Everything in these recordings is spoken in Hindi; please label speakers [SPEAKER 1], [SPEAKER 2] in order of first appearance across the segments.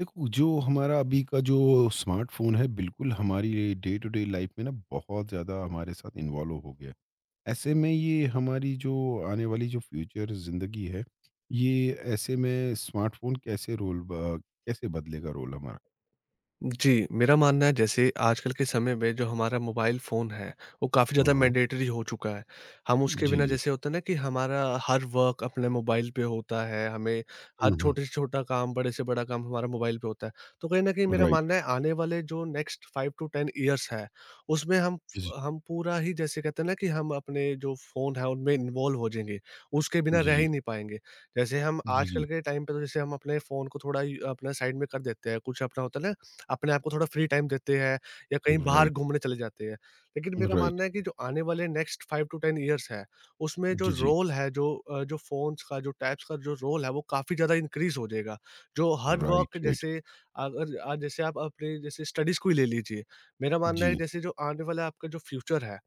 [SPEAKER 1] देखो जो हमारा अभी का जो स्मार्टफोन है, बिल्कुल हमारी डे टू डे लाइफ में ना बहुत ज़्यादा हमारे साथ इन्वॉल्व हो गया है। ऐसे में ये हमारी जो आने वाली जो फ्यूचर ज़िंदगी है, ये ऐसे में स्मार्टफोन कैसे रोल कैसे बदलेगा रोल हमारा।
[SPEAKER 2] जी, मेरा मानना है जैसे आजकल के समय में जो हमारा मोबाइल फ़ोन है, वो काफ़ी ज़्यादा
[SPEAKER 1] हम्म।
[SPEAKER 2] मैंडेटरी हो चुका है। हम उसके
[SPEAKER 1] जी,
[SPEAKER 2] बिना
[SPEAKER 1] जी।
[SPEAKER 2] जैसे होता है ना कि हमारा हर वर्क अपने मोबाइल पे होता है, हमें हर
[SPEAKER 1] हम्म।
[SPEAKER 2] छोटे से छोटा काम, बड़े से बड़ा काम हमारा मोबाइल पे होता है। तो कहीं न कहीं मेरा
[SPEAKER 1] राइट।
[SPEAKER 2] मानना है आने वाले जो नेक्स्ट 5 टू 10 इयर्स है, उसमें हम
[SPEAKER 1] जी,
[SPEAKER 2] फ हम पूरा ही जैसे कहते हैं ना कि हम अपने जो फ़ोन है उनमें इन्वॉल्व हो जाएँगे, उसके बिना
[SPEAKER 1] जी।
[SPEAKER 2] रह
[SPEAKER 1] जी,
[SPEAKER 2] ही नहीं पाएँगे। जैसे हम
[SPEAKER 1] जी, जी।
[SPEAKER 2] आजकल के टाइम पे तो जैसे हम अपने फ़ोन को थोड़ा इ अपना साइड में कर देते हैं, कुछ अपना होता है ना, अपने आप को थोड़ा फ्री टाइम देते हैं या कहीं बाहर
[SPEAKER 1] राइट,
[SPEAKER 2] घूमने चले जाते हैं। लेकिन मेरा
[SPEAKER 1] राइट।
[SPEAKER 2] मानना है कि जो आने वाले नेक्स्ट 5 टू 10 इयर्स है, उसमें जो
[SPEAKER 1] जी, जी।
[SPEAKER 2] रोल है, जो फ़ोन्स का, जो टैब्स का जो रोल है, वो काफ़ी ज़्यादा इंक्रीज़ हो जाएगा। जो हर
[SPEAKER 1] राइट,
[SPEAKER 2] वर्क
[SPEAKER 1] राइट।
[SPEAKER 2] जैसे अगर अ, जैसे आप अपने जैसे स्टडीज़ को ही ले लीजिए। मेरा मानना है
[SPEAKER 1] जी,
[SPEAKER 2] जैसे जो आने वाला आपका जो फ्यूचर है,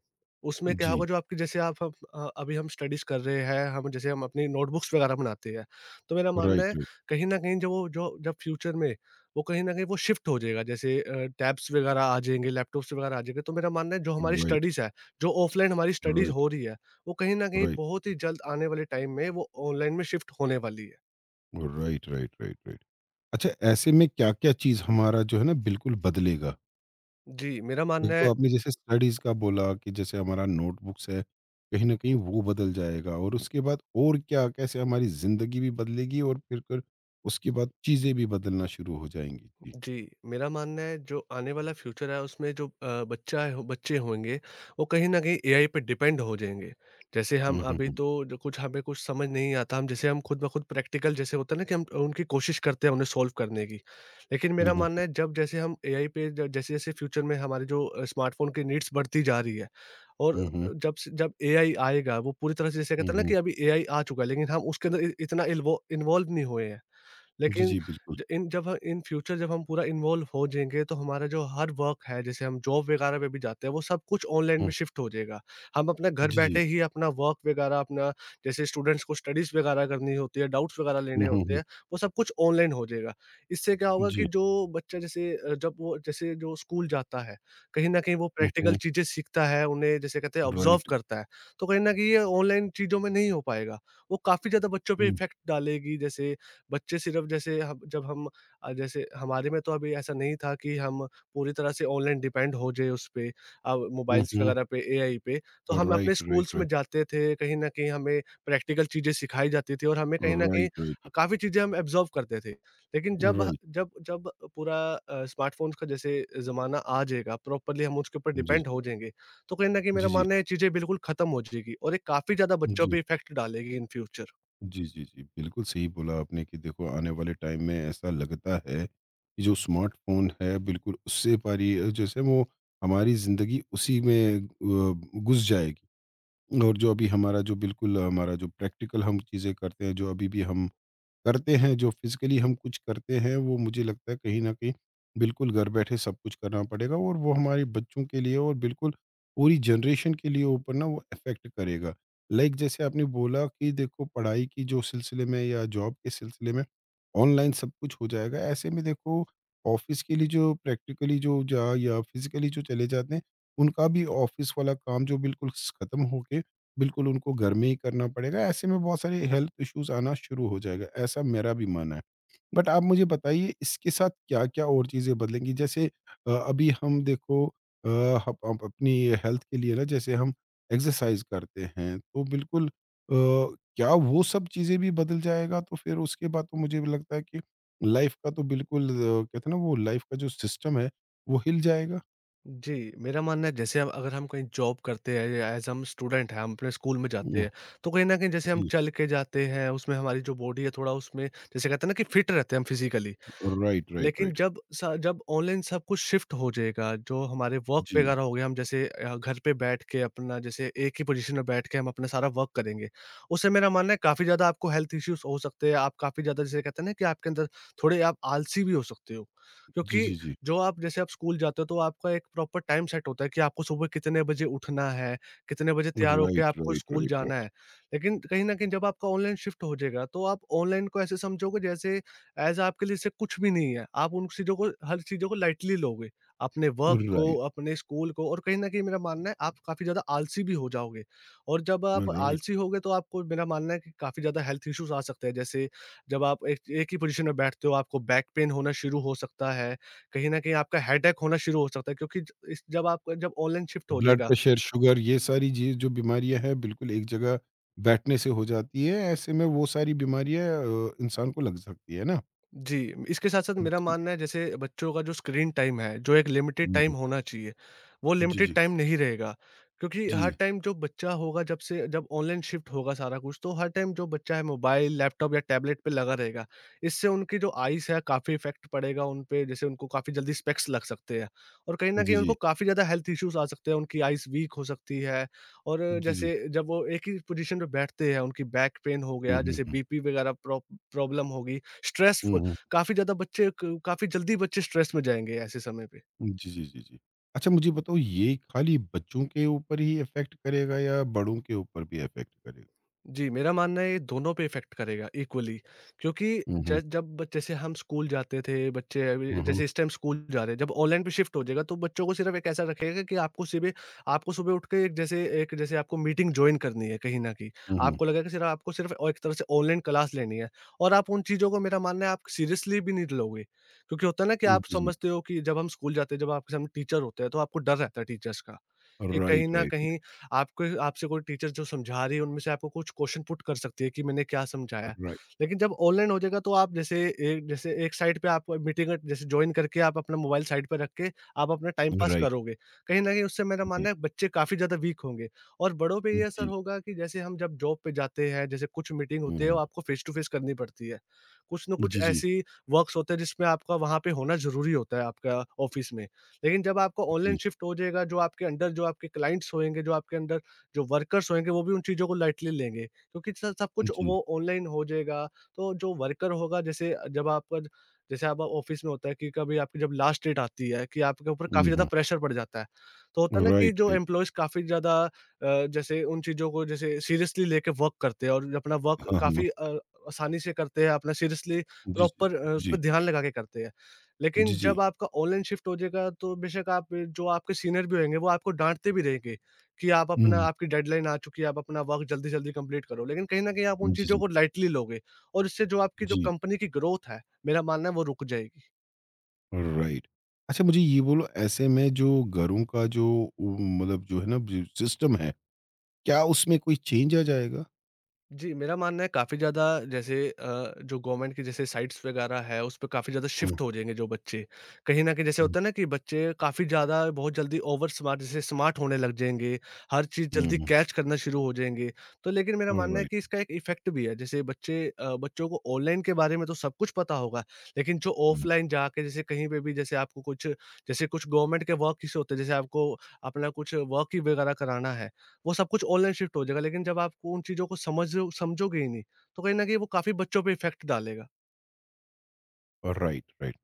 [SPEAKER 2] उसमें क्या होगा
[SPEAKER 1] जी।
[SPEAKER 2] जो आपकी जैसे आप हम अभी हम स्टडीज़ कर रहे हैं, हम जैसे हम अपनी नोटबुक्स वगैरह बनाते हैं। तो मेरा मानना
[SPEAKER 1] राइट,
[SPEAKER 2] है
[SPEAKER 1] राइट,
[SPEAKER 2] कहीं न कहीं जो वो जो जब फ्यूचर में वो कहीं न कहीं वो शिफ्ट हो जाएगा जैसे टैब्स वगैरह आ जाएँगे, लैपटॉप्स वगैरह आ जाएँगे, तो मेरा मानना है जो हमारी
[SPEAKER 1] राइट,
[SPEAKER 2] स्टडीज़ है, जो ऑफ़लाइन हमारी स्टडीज़
[SPEAKER 1] राइट,
[SPEAKER 2] हो रही है, वो कहीं न कहीं
[SPEAKER 1] राइट,
[SPEAKER 2] बहुत ही जल्द आने वाले टाइम में वो ऑनलाइन में शिफ्ट होने वाली है।
[SPEAKER 1] Right, right, right, right. अच्छा, ऐसे में क्या-क्या चीज़ हमारा जो है ना बिल्कुल बदलेगा?
[SPEAKER 2] जी, मेरा
[SPEAKER 1] एक
[SPEAKER 2] मानना
[SPEAKER 1] तो
[SPEAKER 2] है
[SPEAKER 1] आपने जैसे स्टडीज़ का बोला कि जैसे हमारा नोटबुक्स है, कहीं न कहीं वो बदल जाएगा, और उसके बाद और क्या कैसे हमारी ज़िंदगी भी बदलेगी और फिर कर उसके बाद चीज़ें भी बदलना शुरू हो जाएँगी। जी।
[SPEAKER 2] जी, मेरा मानना है जो आने वाला फ्यूचर है उसमें जो बच्चा है बच्चे होंगे वो कहीं न कहीं एआई पे डिपेंड हो जाएँगे। जैसे हम
[SPEAKER 1] हुँ, हुँ,
[SPEAKER 2] अभी
[SPEAKER 1] हुँ।
[SPEAKER 2] तो जो कुछ हमें कुछ समझ नहीं आता हम जैसे हम खुद ब खुद प्रैक्टिकल जैसे होता है ना कि हम उनकी कोशिश करते हैं उन्हें सॉल्व करने की। लेकिन
[SPEAKER 1] हुँ,
[SPEAKER 2] मेरा मानना
[SPEAKER 1] हुँ।
[SPEAKER 2] है जब जैसे हम एआई पे ज जैसे-जैसे फ्यूचर में हमारे जो स्मार्टफ़ोन की नीड्स बढ़ती जा रही है और
[SPEAKER 1] हुँ, हुँ।
[SPEAKER 2] जब से जब एआई आएगा वो पूरी तरह से जैसे
[SPEAKER 1] हुँ,
[SPEAKER 2] कहते हैं ना कि
[SPEAKER 1] हुँ।
[SPEAKER 2] अभी एआई आ चुका है लेकिन हम उसके अंदर इ इतना इल्वो इन्वॉल्व नहीं हुए हैं।
[SPEAKER 1] जी,
[SPEAKER 2] लेकिन
[SPEAKER 1] जी, बिल्कुल।
[SPEAKER 2] ज इन जब ह इन फ्यूचर जब हम पूरा इन्वॉल्व हो जाएँगे, तो हमारा जो हर वर्क है, जैसे हम जॉब वगैरह पे भी जाते हैं, वो सब कुछ ऑनलाइन में
[SPEAKER 1] हुँ।
[SPEAKER 2] शिफ्ट हो जाएगा। हम अपना घर
[SPEAKER 1] जी, जी।
[SPEAKER 2] बैठे ही अपना वर्क वगैरह अपना जैसे स्टूडेंट्स को स्टडीज़ वगैरह करनी होती है, डाउट्स वगैरह
[SPEAKER 1] हुँ,
[SPEAKER 2] लेने
[SPEAKER 1] हुँ,
[SPEAKER 2] होते
[SPEAKER 1] हुँ।
[SPEAKER 2] हैं, वो सब कुछ ऑनलाइन हो जाएगा। इससे क्या होगा
[SPEAKER 1] जी।
[SPEAKER 2] कि जो बच्चा जैसे जब वो जैसे जो स्कूल जाता है, कहीं न कहीं वो
[SPEAKER 1] हुँ,
[SPEAKER 2] प्रैक्टिकल
[SPEAKER 1] हुँ।
[SPEAKER 2] चीज़ें सीखता है, उन्हें जैसे कहते हैं ऑब्ज़र्व
[SPEAKER 1] राइट।
[SPEAKER 2] करता है, तो कहीं न कहीं ये ऑनलाइन चीज़ों में नहीं हो पाएगा। वो काफ़ी ज़्यादा बच्चों पे
[SPEAKER 1] हुँ।
[SPEAKER 2] इफ़ेक्ट डालेगी जैसे बच्चे सिर्फ जैसे हम जब हम जैसे हमारे में तो अभी ऐसा नहीं था कि हम पूरी तरह से ऑनलाइन डिपेंड हो जाए उस पे
[SPEAKER 1] हुँ,
[SPEAKER 2] मोबाइल्स
[SPEAKER 1] हुँ।
[SPEAKER 2] वगैरह पे, एआई पे। तो हम अपने
[SPEAKER 1] राइट, राइट,
[SPEAKER 2] स्कूल्स में
[SPEAKER 1] राइट।
[SPEAKER 2] जाते थे, कहीं न कहीं हमें प्रैक्टिकल चीज़ें सिखाई जाती थी और हमें कहीं न कहीं
[SPEAKER 1] राइट, राइट।
[SPEAKER 2] काफ़ी चीज़ें हम एब्ज़ॉर्ब करते थे। लेकिन जब ह
[SPEAKER 1] राइट।
[SPEAKER 2] जब जब पूरा स्मार्टफ़ोन्स का जैसे ज़माना आ जाएगा, प्रॉपर्ली हम उसके ऊपर
[SPEAKER 1] जी।
[SPEAKER 2] डिपेंड हो जाएँगे, तो कहीं न कहीं
[SPEAKER 1] जी,
[SPEAKER 2] मेरा
[SPEAKER 1] जी।
[SPEAKER 2] मानना है ये चीज़ें बिल्कुल ख़त्म हो जाएगी और ये काफ़ी ज़्यादा बच्चों
[SPEAKER 1] जी।
[SPEAKER 2] पे इफ़ेक्ट डालेगी इन फ्यूचर।
[SPEAKER 1] जी, जी, जी। बिल्कुल सही बोला आपने कि देखो आने वाले टाइम में ऐसा लगता है कि जो स्मार्टफ़ोन है, बिल्कुल उससे जैसे वो हमारी ज़िंदगी उसी में घुस जाएगी। और जो अभी हमारा जो बिल्कुल हमारा जो प्रैक्टिकल हम चीज़ें करते हैं, जो अभी भी हम करते हैं, जो फिजिकली हम कुछ करते हैं, वो मुझे लगता है कहीं न कहीं बिल्कुल घर बैठे सब कुछ करना पड़ेगा, और वो हमारे बच्चों के लिए और बिल्कुल पूरी जनरेशन के लिए ऊपर ना वो इफ़ेक्ट करेगा। लाइक जैसे आपने बोला कि देखो पढ़ाई की जो सिलसिले में या जॉब के सिलसिले में ऑनलाइन सब कुछ हो जाएगा। ऐसे में देखो ऑफ़िस के लिए जो प्रैक्टिकली जो जा या फिजिकली जो चले जाते हैं, उनका भी ऑफ़िस वाला काम जो बिल्कुल ख़त्म होके बिल्कुल उनको घर में ही करना पड़ेगा। ऐसे में बहुत सारे हेल्थ इश्यूज आना शुरू हो जाएगा, ऐसा मेरा भी मानना है। बट आप मुझे बताइए इसके साथ क्या क्या और चीज़ें बदलेंगी, जैसे अभी हम देखो, हम अपनी हेल्थ के लिए ना, जैसे हम एक्सरसाइज करते हैं तो बिल्कुल, क्या वो सब चीज़ें भी बदल जाएगा? तो फिर उसके बाद तो मुझे भी लगता है कि लाइफ का तो बिल्कुल, कहते हैं ना, वो लाइफ का जो सिस्टम है वो हिल जाएगा।
[SPEAKER 2] जी, मेरा मानना है जैसे अब अगर हम कहीं जॉब करते हैं या एज़ हम स्टूडेंट हैं, हम अपने स्कूल में जाते
[SPEAKER 1] हम्म,
[SPEAKER 2] हैं, तो कहीं न कहीं जैसे हम
[SPEAKER 1] जी।
[SPEAKER 2] चल के जाते हैं, उसमें हमारी जो बॉडी है थोड़ा उसमें जैसे कहते हैं ना कि फिट रहते हैं हम फिज़िकली।
[SPEAKER 1] राइट, राइट,
[SPEAKER 2] लेकिन
[SPEAKER 1] राइट।
[SPEAKER 2] जब ऑनलाइन सब कुछ शिफ्ट हो जाएगा, जो हमारे वर्क
[SPEAKER 1] जी,
[SPEAKER 2] वगैरह हो गया, हम जैसे घर पे बैठ के अपना जैसे एक ही पोज़ीशन में बैठ के हम अपना सारा वर्क करेंगे। उससे मेरा मानना है काफ़ी ज़्यादा आपको हेल्थ इश्यूज़ हो सकते हैं, आप काफ़ी ज़्यादा जैसे कहते हैं ना कि आपके अंदर थोड़े आप आलसी भी हो सकते हो।
[SPEAKER 1] जी,
[SPEAKER 2] क्योंकि
[SPEAKER 1] जी, जी।
[SPEAKER 2] जो आप जैसे आप स्कूल जाते हो तो आपका एक प्रॉपर टाइम सेट होता है कि आपको सुबह कितने बजे उठना है, कितने बजे तैयार होके
[SPEAKER 1] राइट,
[SPEAKER 2] आपको
[SPEAKER 1] राइट,
[SPEAKER 2] स्कूल
[SPEAKER 1] राइट,
[SPEAKER 2] जाना
[SPEAKER 1] राइट।
[SPEAKER 2] है। लेकिन कहीं न कहीं जब आपका ऑनलाइन शिफ्ट हो जाएगा, तो आप ऑनलाइन को ऐसे समझोगे जैसे एज़ आपके लिए से कुछ भी नहीं है। आप उन चीज़ों को हर चीज़ों को लाइटली लोगे। अपने वर्क को,
[SPEAKER 1] राइट,
[SPEAKER 2] अपने स्कूल को और कहीं न कहीं मेरा मानना है आप काफ़ी ज़्यादा आलसी भी हो जाओगे। और जब आप
[SPEAKER 1] राइट।
[SPEAKER 2] आलसी होगे तो आपको मेरा मानना है कि काफ़ी ज़्यादा हेल्थ इश्यूज़ आ सकते हैं। जैसे जब आप एक एक ही पोज़ीशन में बैठते हो आपको बैक पेन होना शुरू हो सकता है। कहीं न कहीं आपका हेडेक होना शुरू हो सकता है क्योंकि ज इस जब आप जब ऑनलाइन शिफ्ट हो
[SPEAKER 1] ब्लड
[SPEAKER 2] जाएगा।
[SPEAKER 1] प्रेशर, शुगर, ये सारी चीज़ जो बीमारियाँ हैं बिल्कुल एक जगह बैठने से हो जाती है। ऐसे में वो सारी बीमारियाँ इंसान को लग सकती है ना?
[SPEAKER 2] जी, इसके साथ-साथ मेरा
[SPEAKER 1] जी।
[SPEAKER 2] मानना है जैसे बच्चों का जो स्क्रीन टाइम है, जो एक लिमिटेड
[SPEAKER 1] हुँ,
[SPEAKER 2] टाइम
[SPEAKER 1] हुँ।
[SPEAKER 2] होना चाहिए, वो
[SPEAKER 1] जी,
[SPEAKER 2] लिमिटेड
[SPEAKER 1] जी।
[SPEAKER 2] टाइम नहीं रहेगा। क्योंकि हर
[SPEAKER 1] जी।
[SPEAKER 2] टाइम जो बच्चा होगा जब से जब ऑनलाइन शिफ्ट होगा सारा कुछ, तो हर टाइम जो बच्चा है मोबाइल, लैपटॉप या टैबलेट पे लगा रहेगा। इससे उनकी जो आइज़ है काफ़ी इफ़ेक्ट पड़ेगा उन पे, जैसे उनको काफ़ी जल्दी स्पेक्स लग सकते हैं। और कहीं न
[SPEAKER 1] जी,
[SPEAKER 2] कहीं उनको
[SPEAKER 1] जी।
[SPEAKER 2] काफ़ी ज़्यादा हेल्थ इश्यूज़ आ सकते हैं, उनकी आइज़ वीक हो सकती है और
[SPEAKER 1] जी, जी।
[SPEAKER 2] जैसे जब वो एक ही पोज़ीशन पे बैठते हैं, उनकी बैक पेन हो
[SPEAKER 1] हुँ,
[SPEAKER 2] गया,
[SPEAKER 1] हुँ,
[SPEAKER 2] जैसे
[SPEAKER 1] हुँ।
[SPEAKER 2] बीपी वगैरह प्रॉब्लम होगी, स्ट्रेस
[SPEAKER 1] हुँ, हुँ।
[SPEAKER 2] काफ़ी ज़्यादा बच्चे क काफ़ी जल्दी बच्चे स्ट्रेस में जाएँगे ऐसे समय पे।
[SPEAKER 1] जी, जी, जी, जी। अच्छा, मुझे बताओ, ये खाली बच्चों के ऊपर ही इफ़ेक्ट करेगा या बड़ों के ऊपर भी इफ़ेक्ट करेगा?
[SPEAKER 2] जी, मेरा मानना है ये दोनों पे इफ़ेक्ट करेगा इक्वली क्योंकि
[SPEAKER 1] हुँ, हुँ।
[SPEAKER 2] जैसे हम स्कूल जाते थे, बच्चे
[SPEAKER 1] हुँ,
[SPEAKER 2] अभी
[SPEAKER 1] हुँ।
[SPEAKER 2] जैसे इस टाइम स्कूल जा रहे हैं, जब ऑनलाइन पे शिफ्ट हो जाएगा तो बच्चों को सिर्फ एक ऐसा रखेगा कि आपको सुबह उठ के एक जैसे आपको मीटिंग जॉइन करनी है कहीं न कहीं।
[SPEAKER 1] हुँ, हुँ।
[SPEAKER 2] आपको लगेगा सिर्फ और एक तरह से ऑनलाइन क्लास लेनी है और आप उन चीज़ों को मेरा मानना है आप सीरियसली भी नहीं लोगे। क्योंकि होता है ना कि
[SPEAKER 1] जी,
[SPEAKER 2] आप
[SPEAKER 1] जी।
[SPEAKER 2] समझते हो कि जब हम स्कूल जाते हैं, जब आपके सामने टीचर होते हैं तो आपको डर रहता है टीचर्स का।
[SPEAKER 1] राइट,
[SPEAKER 2] कि कहीं
[SPEAKER 1] राइट,
[SPEAKER 2] न
[SPEAKER 1] राइट,
[SPEAKER 2] कहीं आपको आपसे कोई टीचर जो समझा रही है, उनमें से आपको कुछ क्वेश्चन पुट कर सकती है कि मैंने क्या समझाया।
[SPEAKER 1] राइट,
[SPEAKER 2] लेकिन जब ऑनलाइन हो जाएगा तो आप जैसे एक साइड पे आप मीटिंग जैसे जॉइन करके आप अपना मोबाइल साइड पे रख के आप अपना टाइम पास
[SPEAKER 1] राइट,
[SPEAKER 2] करोगे। कहीं न कहीं उससे मेरा मानना
[SPEAKER 1] राइट।
[SPEAKER 2] है बच्चे काफ़ी ज़्यादा वीक होंगे और बड़ों पे ये असर
[SPEAKER 1] जी।
[SPEAKER 2] होगा कि जैसे हम जब जॉब पे जाते हैं, जैसे कुछ मीटिंग
[SPEAKER 1] हुँ,
[SPEAKER 2] होती है वो
[SPEAKER 1] हुँ।
[SPEAKER 2] आपको फेस टू फेस करनी पड़ती है। कुछ न कुछ
[SPEAKER 1] जी, जी।
[SPEAKER 2] ऐसी वर्क्स होते हैं जिसमें आपका वहाँ पे होना ज़रूरी होता है आपका ऑफिस में। लेकिन जब आपका
[SPEAKER 1] जी,
[SPEAKER 2] ऑनलाइन शिफ्ट हो जाएगा, जो आपके अंडर जो आपके क्लाइंट्स होएँगे, जो आपके अंडर जो वर्कर्स होएँगे, वो भी उन चीज़ों को लाइटली लेंगे क्योंकि स सब कुछ
[SPEAKER 1] जी।
[SPEAKER 2] वो ऑनलाइन हो जाएगा। तो जो वर्कर होगा जैसे जब आपका जैसे आप ऑफ़िस में होता है कि कभी आपकी जब लास्ट डेट आती है कि आपके ऊपर
[SPEAKER 1] हुँ,
[SPEAKER 2] काफ़ी ज़्यादा
[SPEAKER 1] हुँ।
[SPEAKER 2] प्रेशर पड़ जाता है। तो होता है ना कि
[SPEAKER 1] राइट,
[SPEAKER 2] जो
[SPEAKER 1] राइट।
[SPEAKER 2] एम्प्लॉइज़ काफ़ी ज़्यादा जैसे उन चीज़ों को जैसे सीरियसली लेके वर्क करते हैं और अपना वर्क
[SPEAKER 1] हाँ, हाँ।
[SPEAKER 2] काफ़ी आसानी से करते हैं, अपना सीरियसली
[SPEAKER 1] जी, जी,
[SPEAKER 2] प्रॉपर उस
[SPEAKER 1] जी,
[SPEAKER 2] पे ध्यान लगा के करते हैं।
[SPEAKER 1] जी,
[SPEAKER 2] लेकिन
[SPEAKER 1] जी।
[SPEAKER 2] जब आपका ऑनलाइन शिफ्ट हो जाएगा तो बेशक आप जो आपके सीनियर भी होंगे वो आपको डाँटते भी रहेंगे, कि आप अपना
[SPEAKER 1] हुँ,
[SPEAKER 2] आपकी डेडलाइन आ चुकी है, आप अपना वर्क जल्दी-जल्दी कंप्लीट करो। लेकिन कहीं न कहीं आप उन
[SPEAKER 1] जी,
[SPEAKER 2] चीज़ों
[SPEAKER 1] जी,
[SPEAKER 2] को लाइटली लोगे और इससे जो आपकी जो
[SPEAKER 1] जी।
[SPEAKER 2] कंपनी की ग्रोथ है, मेरा मानना है वो रुक जाएगी।
[SPEAKER 1] राइट। अच्छा, मुझे ये बोलो, ऐसे में जो घरों का जो उ मतलब जो है ना जो सिस्टम है, क्या उसमें कोई चेंज आ जाएगा?
[SPEAKER 2] जी, मेरा मानना है काफ़ी ज़्यादा जैसे जो गवर्नमेंट की जैसे साइट्स वगैरह है, उस पे काफ़ी ज़्यादा
[SPEAKER 1] हुँ,
[SPEAKER 2] शिफ्ट हो जाएँगे जो बच्चे। कहीं न कहीं जैसे
[SPEAKER 1] हुँ,
[SPEAKER 2] होता है ना कि बच्चे काफ़ी ज़्यादा बहुत जल्दी ओवर स्मार्ट जैसे स्मार्ट होने लग जाएँगे, हर चीज़
[SPEAKER 1] हुँ,
[SPEAKER 2] जल्दी
[SPEAKER 1] हुँ।
[SPEAKER 2] कैच करना शुरू हो जाएँगे। तो लेकिन मेरा मानना है कि
[SPEAKER 1] राइट,
[SPEAKER 2] इसका एक इफ़ेक्ट भी है, जैसे बच्चे बच्चों को ऑनलाइन के बारे में तो सब कुछ पता होगा, लेकिन जो
[SPEAKER 1] हुँ।
[SPEAKER 2] ऑफलाइन जाके जैसे कहीं पे भी जैसे आपको कुछ जैसे कुछ गवर्नमेंट के वर्क किसे होते हैं, जैसे आपको अपना कुछ वर्क ही वगैरह कराना है, वो सब कुछ ऑनलाइन शिफ्ट हो जाएगा लेकिन जब आप उन चीज़ों को समझोगे ही नहीं, तो कहीं न कहीं वो काफ़ी बच्चों पे इफ़ेक्ट डालेगा।
[SPEAKER 1] Right, right.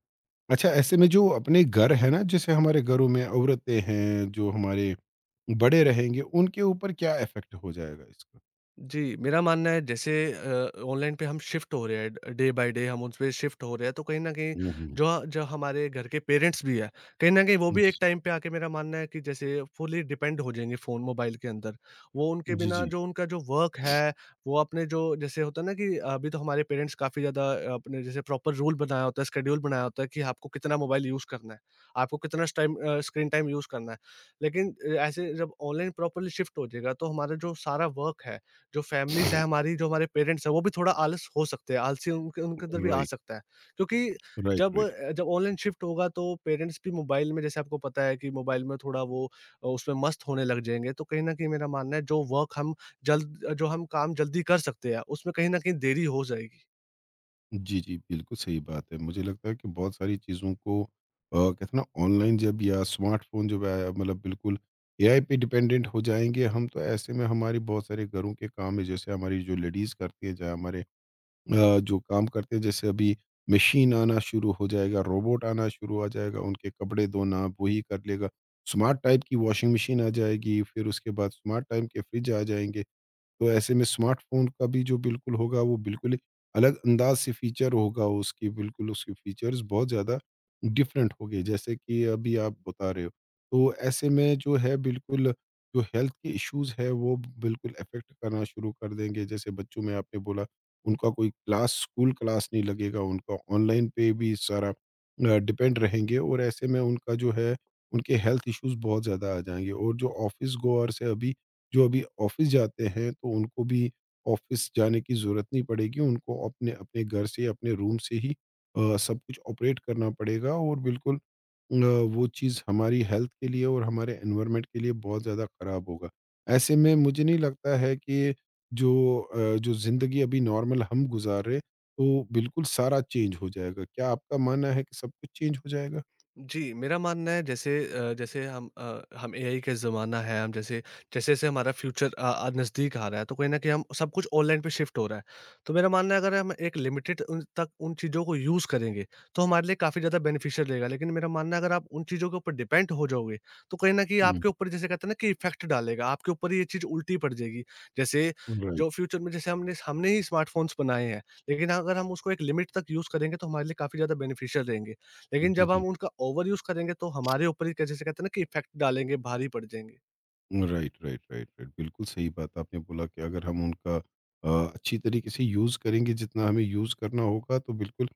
[SPEAKER 1] अच्छा, ऐसे में जो अपने घर है ना, जैसे हमारे घरों में औरतें हैं, जो हमारे बड़े रहेंगे, उनके ऊपर क्या इफ़ेक्ट हो जाएगा इसका?
[SPEAKER 2] जी, मेरा मानना है, जैसे ऑनलाइन पे हम शिफ्ट हो रहे हैं, डे बाय डे हम उसपे शिफ्ट हो रहे हैं। तो कहीं न कहीं
[SPEAKER 1] हुँ, हुँ।
[SPEAKER 2] जो जो हमारे घर के पेरेंट्स भी हैं, कहीं न कहीं वो भी
[SPEAKER 1] जी,
[SPEAKER 2] एक टाइम पे आके, मेरा मानना है कि जैसे फुली डिपेंड हो जाएँगे फ़ोन, मोबाइल के अंदर। वो उनके बिना
[SPEAKER 1] जी,
[SPEAKER 2] जो उनका जो वर्क है, वो अपने, जो जैसे होता है ना, कि अभी तो हमारे पेरेंट्स काफ़ी ज़्यादा अपने जैसे प्रॉपर रूल बनाया होता है, शेड्यूल बनाया होता है कि आपको कितना मोबाइल यूज़ करना है, आपको कितना स्क्रीन टाइम यूज़ करना है। लेकिन ऐसे जब ऑनलाइन प्रॉपर्ली शिफ्ट हो जाएगा, तो हमारा जो सारा वर्क है, जो फैमिलीज़
[SPEAKER 1] जी।
[SPEAKER 2] हैं हमारी, जो हमारे पेरेंट्स हैं, वो भी थोड़ा आलस हो सकते हैं, आलसी उनके उनके अंदर भी आ
[SPEAKER 1] राइट,
[SPEAKER 2] सकता है। क्योंकि
[SPEAKER 1] राइट,
[SPEAKER 2] जब
[SPEAKER 1] राइट।
[SPEAKER 2] अ, जब ऑनलाइन शिफ्ट होगा, तो पेरेंट्स भी मोबाइल में, जैसे आपको पता है कि मोबाइल में थोड़ा वो उसमें मस्त होने लग जाएँगे। तो कहीं न कहीं मेरा मानना है, जो वर्क हम जल्द जो हम काम जल्दी कर सकते हैं, उसमें कहीं न कहीं देरी हो जाएगी।
[SPEAKER 1] जी, जी, बिल्कुल सही बात है। मुझे लगता है कि बहुत सारी चीज़ों को, कहते हैं ना, ऑनलाइन जब या स्मार्टफ़ोन जब आया, मतलब बिल्कुल एआई पे डिपेंडेंट हो जाएँगे हम। तो ऐसे में हमारे बहुत सारे घरों के काम है, जैसे हमारी जो लेडीज़ करती हैं, जहाँ हमारे जो काम करते हैं, जैसे अभी मशीन आना शुरू हो जाएगा, रोबोट आना शुरू हो जाएगा, उनके कपड़े धोना वो ही कर लेगा। स्मार्ट टाइप की वॉशिंग मशीन आ जाएगी, फिर उसके बाद स्मार्ट टाइप के फ्रिज आ जाएँगे। तो ऐसे में स्मार्टफ़ोन का भी जो बिल्कुल होगा, वो बिल्कुल ही अलग अंदाज़ से फ़ीचर होगा। उसकी बिल्कुल उसके फ़ीचर्स बहुत ज़्यादा डिफरेंट होंगे जैसे कि अभी आप बता रहे हो। तो ऐसे में जो है बिल्कुल, जो हेल्थ के इश्यूज़ है वो बिल्कुल अफ़ेक्ट करना शुरू कर देंगे। जैसे बच्चों में आपने बोला, उनका कोई क्लास, स्कूल क्लास नहीं लगेगा, उनका ऑनलाइन पे भी सारा डिपेंड रहेंगे, और ऐसे में उनका जो है, उनके हेल्थ इश्यूज़ बहुत ज़्यादा आ जाएँगे। और जो ऑफ़िस गोअर्स है अभी, जो अभी ऑफ़िस जाते हैं, तो उनको भी ऑफ़िस जाने की ज़रूरत नहीं पड़ेगी। उनको अपने अपने घर से, अपने रूम से ही सब कुछ ऑपरेट करना पड़ेगा, और बिल्कुल अ, वो चीज़ हमारी हेल्थ के लिए और हमारे एनवायरनमेंट के लिए बहुत ज़्यादा ख़राब होगा। ऐसे में मुझे नहीं लगता है कि जो जो ज़िंदगी अभी नॉर्मल हम गुज़ार रहे, तो बिल्कुल सारा चेंज हो जाएगा। क्या आपका मानना है कि सब कुछ चेंज हो जाएगा?
[SPEAKER 2] जी, मेरा मानना है, जैसे जैसे हम एआई का ज़माना है, हम जैसे, जैसे-जैसे हमारा फ्यूचर नज़दीक आ रहा है, तो कहीं न कहीं हम सब कुछ ऑनलाइन पे शिफ्ट हो रहा है। तो मेरा मानना है, अगर हम एक लिमिटेड उन तक उन चीज़ों को यूज़ करेंगे, तो हमारे लिए काफ़ी ज़्यादा बेनिफिशियल रहेगा। लेकिन मेरा मानना है, अगर आप उन चीज़ों के ऊपर डिपेंड हो जाओगे, तो कहीं न कहीं
[SPEAKER 1] हुँ।
[SPEAKER 2] आपके ऊपर, जैसे कहते हैं ना कि इफ़ेक्ट डालेगा, आपके ऊपर ये चीज़ उल्टी पड़ जाएगी। जैसे जो
[SPEAKER 1] राइट।
[SPEAKER 2] फ्यूचर में, जैसे हमने हमने ही स्मार्टफ़ोन्स बनाए हैं, लेकिन अगर हम उसको एक लिमिट तक यूज़ करेंगे, तो हमारे लिए काफ़ी ज़्यादा बेनिफिशियल रहेंगे। लेकिन
[SPEAKER 1] जी,
[SPEAKER 2] जब हम
[SPEAKER 1] जी।
[SPEAKER 2] उनका ओवर यूज़ करेंगे, तो हमारे ऊपर ही, क जैसे कहते हैं ना कि इफ़ेक्ट डालेंगे, भारी पड़ जाएँगे।
[SPEAKER 1] Right, right, right, right. बिल्कुल सही बात आपने बोला कि अगर हम उनका, अ, अच्छी तरीके से यूज़ करेंगे, जितना हमें यूज़ करना होगा, तो बिल्कुल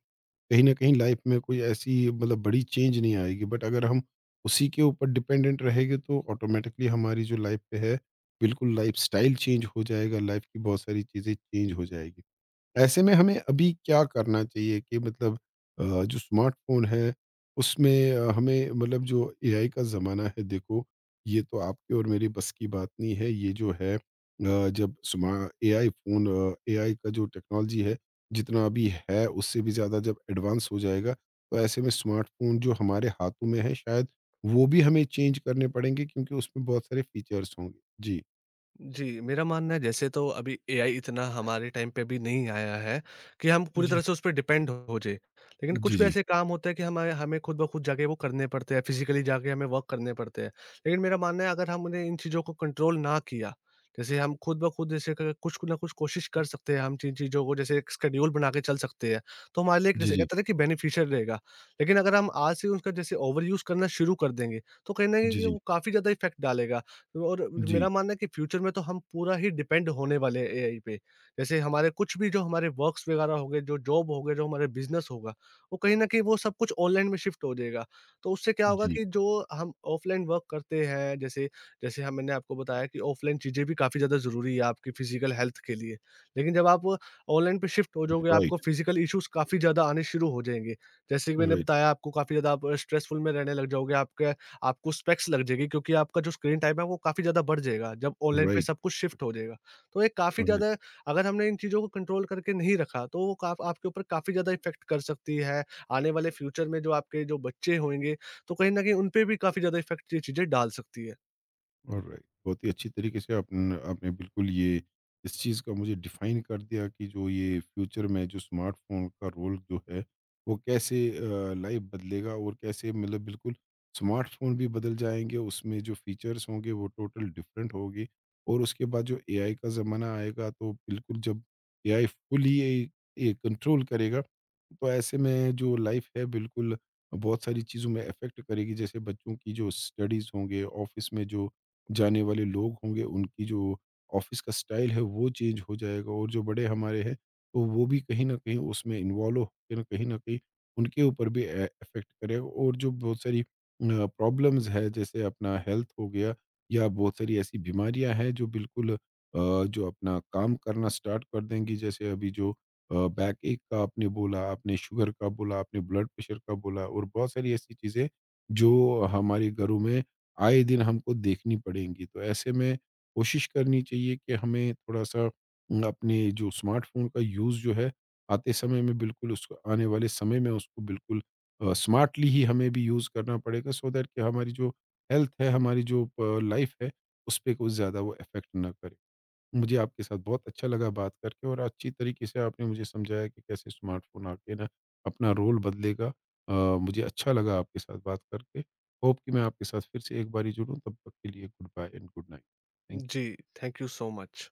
[SPEAKER 1] कहीं न कहीं लाइफ़ में कोई ऐसी मतलब बड़ी चेंज नहीं आएगी। बट अगर हम उसी के ऊपर डिपेंडेंट रहेंगे, तो ऑटोमेटिकली हमारी जो लाइफ़ पे है, बिल्कुल लाइफ़स्टाइल चेंज हो जाएगा, लाइफ़ की बहुत सारी चीज़ें चेंज हो जाएगी। ऐसे में हमें अभी क्या करना चाहिए कि मतलब, जो स्मार्टफ़ोन है, उसमें हमें मतलब, जो एआई का ज़माना है देखो, ये तो आपकी और मेरी बस की बात नहीं है। ये जो है जब स्मा एआई फ़ोन, एआई का जो टेक्नोलॉजी है, जितना अभी है उससे भी ज़्यादा जब एडवांस हो जाएगा, तो ऐसे में स्मार्टफ़ोन जो हमारे हाथों में है, शायद वो भी हमें चेंज करने पड़ेंगे क्योंकि उसमें बहुत सारे फ़ीचर्स होंगे। जी।
[SPEAKER 2] जी, मेरा मानना है, जैसे तो अभी एआई इतना हमारे टाइम पे अभी नहीं आया है कि हम पूरी
[SPEAKER 1] जी।
[SPEAKER 2] तरह से उस पे डिपेंड हो जाएँ। लेकिन
[SPEAKER 1] जी,
[SPEAKER 2] कुछ भी
[SPEAKER 1] जी।
[SPEAKER 2] ऐसे काम होते हैं कि हमारे हमें खुद ब खुद जाके वो करने पड़ते हैं, फिज़िकली जाके हमें वर्क करने पड़ते हैं। लेकिन मेरा मानना है, अगर हमने इन चीज़ों को कंट्रोल ना किया, जैसे हम खुद ब खुद, जैसे क कुछ ना कुछ कोशिश कर सकते हैं, हम जिन चीज़ों को जैसे एक स्केड्यूल बना के चल सकते हैं, तो हमारे लिए एक,
[SPEAKER 1] जी,
[SPEAKER 2] जैसे
[SPEAKER 1] जी।
[SPEAKER 2] कहते हैं ना कि बेनिफिशियल रहेगा। लेकिन अगर हम आज से उसका जैसे ओवरयूज़ करना शुरू कर देंगे, तो कहीं न
[SPEAKER 1] जी,
[SPEAKER 2] कहीं
[SPEAKER 1] जी।
[SPEAKER 2] वो काफ़ी ज़्यादा इफ़ेक्ट डालेगा। और
[SPEAKER 1] जी,
[SPEAKER 2] मेरा मानना है कि फ्यूचर में तो हम पूरा ही डिपेंड होने वाले हैं एआई पे। जैसे हमारे कुछ भी, जो हमारे वर्क्स वगैरह हो गए, जो जॉब हो गए, जो हमारे बिज़नेस होगा, वो कहीं न कहीं वो सब कुछ ऑनलाइन में शिफ्ट हो जाएगा। तो उससे क्या होगा
[SPEAKER 1] जी।
[SPEAKER 2] कि जो हम ऑफलाइन वर्क करते हैं, जैसे जैसे हम मैंने आपको बताया कि ऑफलाइन चीज़ें भी काफ़ी ज़्यादा ज़रूरी है आपकी फिज़िकल हेल्थ के लिए। लेकिन जब आप ऑनलाइन पे शिफ्ट हो जाओगे, आपको
[SPEAKER 1] राइट।
[SPEAKER 2] फिज़िकल इश्यूज़ काफ़ी ज़्यादा आने शुरू हो जाएँगे। जैसे कि मैंने
[SPEAKER 1] Right.
[SPEAKER 2] बताया आपको, काफ़ी ज़्यादा आप स्ट्रेसफुल में रहने लग जाओगे, आपके आपको स्पेक्स लग जाएगी, क्योंकि आपका जो स्क्रीन टाइम है वो काफ़ी ज़्यादा बढ़ जाएगा, जब ऑनलाइन पे
[SPEAKER 1] Right.
[SPEAKER 2] सब कुछ शिफ्ट हो जाएगा। तो ये काफ़ी
[SPEAKER 1] All right.
[SPEAKER 2] ज़्यादा, अगर हमने इन चीज़ों को कंट्रोल करके नहीं रखा, तो वो काफ़ आपके ऊपर काफ़ी ज़्यादा इफ़ेक्ट कर सकती है। आने वाले फ्यूचर में जो आपके जो बच्चे होंगे, तो कहीं न कहीं उन पे भी काफ़ी ज़्यादा इफ़ेक्ट ये चीज़ें डाल सकती है।
[SPEAKER 1] ऑलराइट, बहुत ही अच्छी तरीके से आपने आपने बिल्कुल ये इस चीज़ का मुझे डिफाइन कर दिया कि जो ये फ्यूचर में जो स्मार्टफोन का रोल जो है, वो कैसे लाइफ बदलेगा, और कैसे मतलब बिल्कुल स्मार्टफोन भी बदल जाएंगे, उसमें जो फीचर्स होंगे वो टोटल डिफरेंट होगी। और उसके बाद जो एआई का ज़माना आएगा, तो बिल्कुल जब एआई फुली ये कंट्रोल करेगा, तो ऐसे में जो लाइफ है बिल्कुल बहुत सारी चीज़ों में अफेक्ट करेगी, जैसे बच्चों की जो स्टडीज़ होंगे, ऑफिस में जो जाने वाले लोग होंगे, उनकी जो ऑफिस का स्टाइल है वो चेंज हो जाएगा। और जो बड़े हमारे हैं, तो वो भी कहीं ना कहीं उसमें इन्वॉल्व होकर, ना कहीं उनके ऊपर भी इफेक्ट करेगा। और जो बहुत सारी प्रॉब्लम्स है, जैसे अपना हेल्थ हो गया, या बहुत सारी ऐसी बीमारियां हैं जो बिल्कुल जो अपना काम करना स्टार्ट कर देंगी, जैसे अभी जो बैक एक का आपने बोला, आपने शुगर का बोला, आपने ब्लड प्रेशर का बोला, और बहुत सारी ऐसी चीज़ें जो हमारे घरों में आए दिन हमको देखनी पड़ेंगी। तो ऐसे में कोशिश करनी चाहिए कि हमें थोड़ा-सा अपने जो स्मार्टफ़ोन का यूज़ जो है, आते समय में बिल्कुल उसको, आने वाले समय में उसको बिल्कुल स्मार्टली ही हमें भी यूज़ करना पड़ेगा, सो दैट कि हमारी जो हेल्थ है, हमारी जो लाइफ़ है, उस पे कुछ ज़्यादा वो इफ़ेक्ट ना करे। मुझे आपके साथ बहुत अच्छा लगा बात करके, और अच्छी तरीके से आपने मुझे समझाया कि कैसे स्मार्टफोन आके ना अपना रोल बदलेगा। अ, मुझे अच्छा लगा आपके साथ बात करके। होप कि मैं आपके साथ फिर से एक बारी जुड़ूँ। तब तक के लिए goodbye and good night. Thank you.
[SPEAKER 2] जी, थैंक यू सो मच।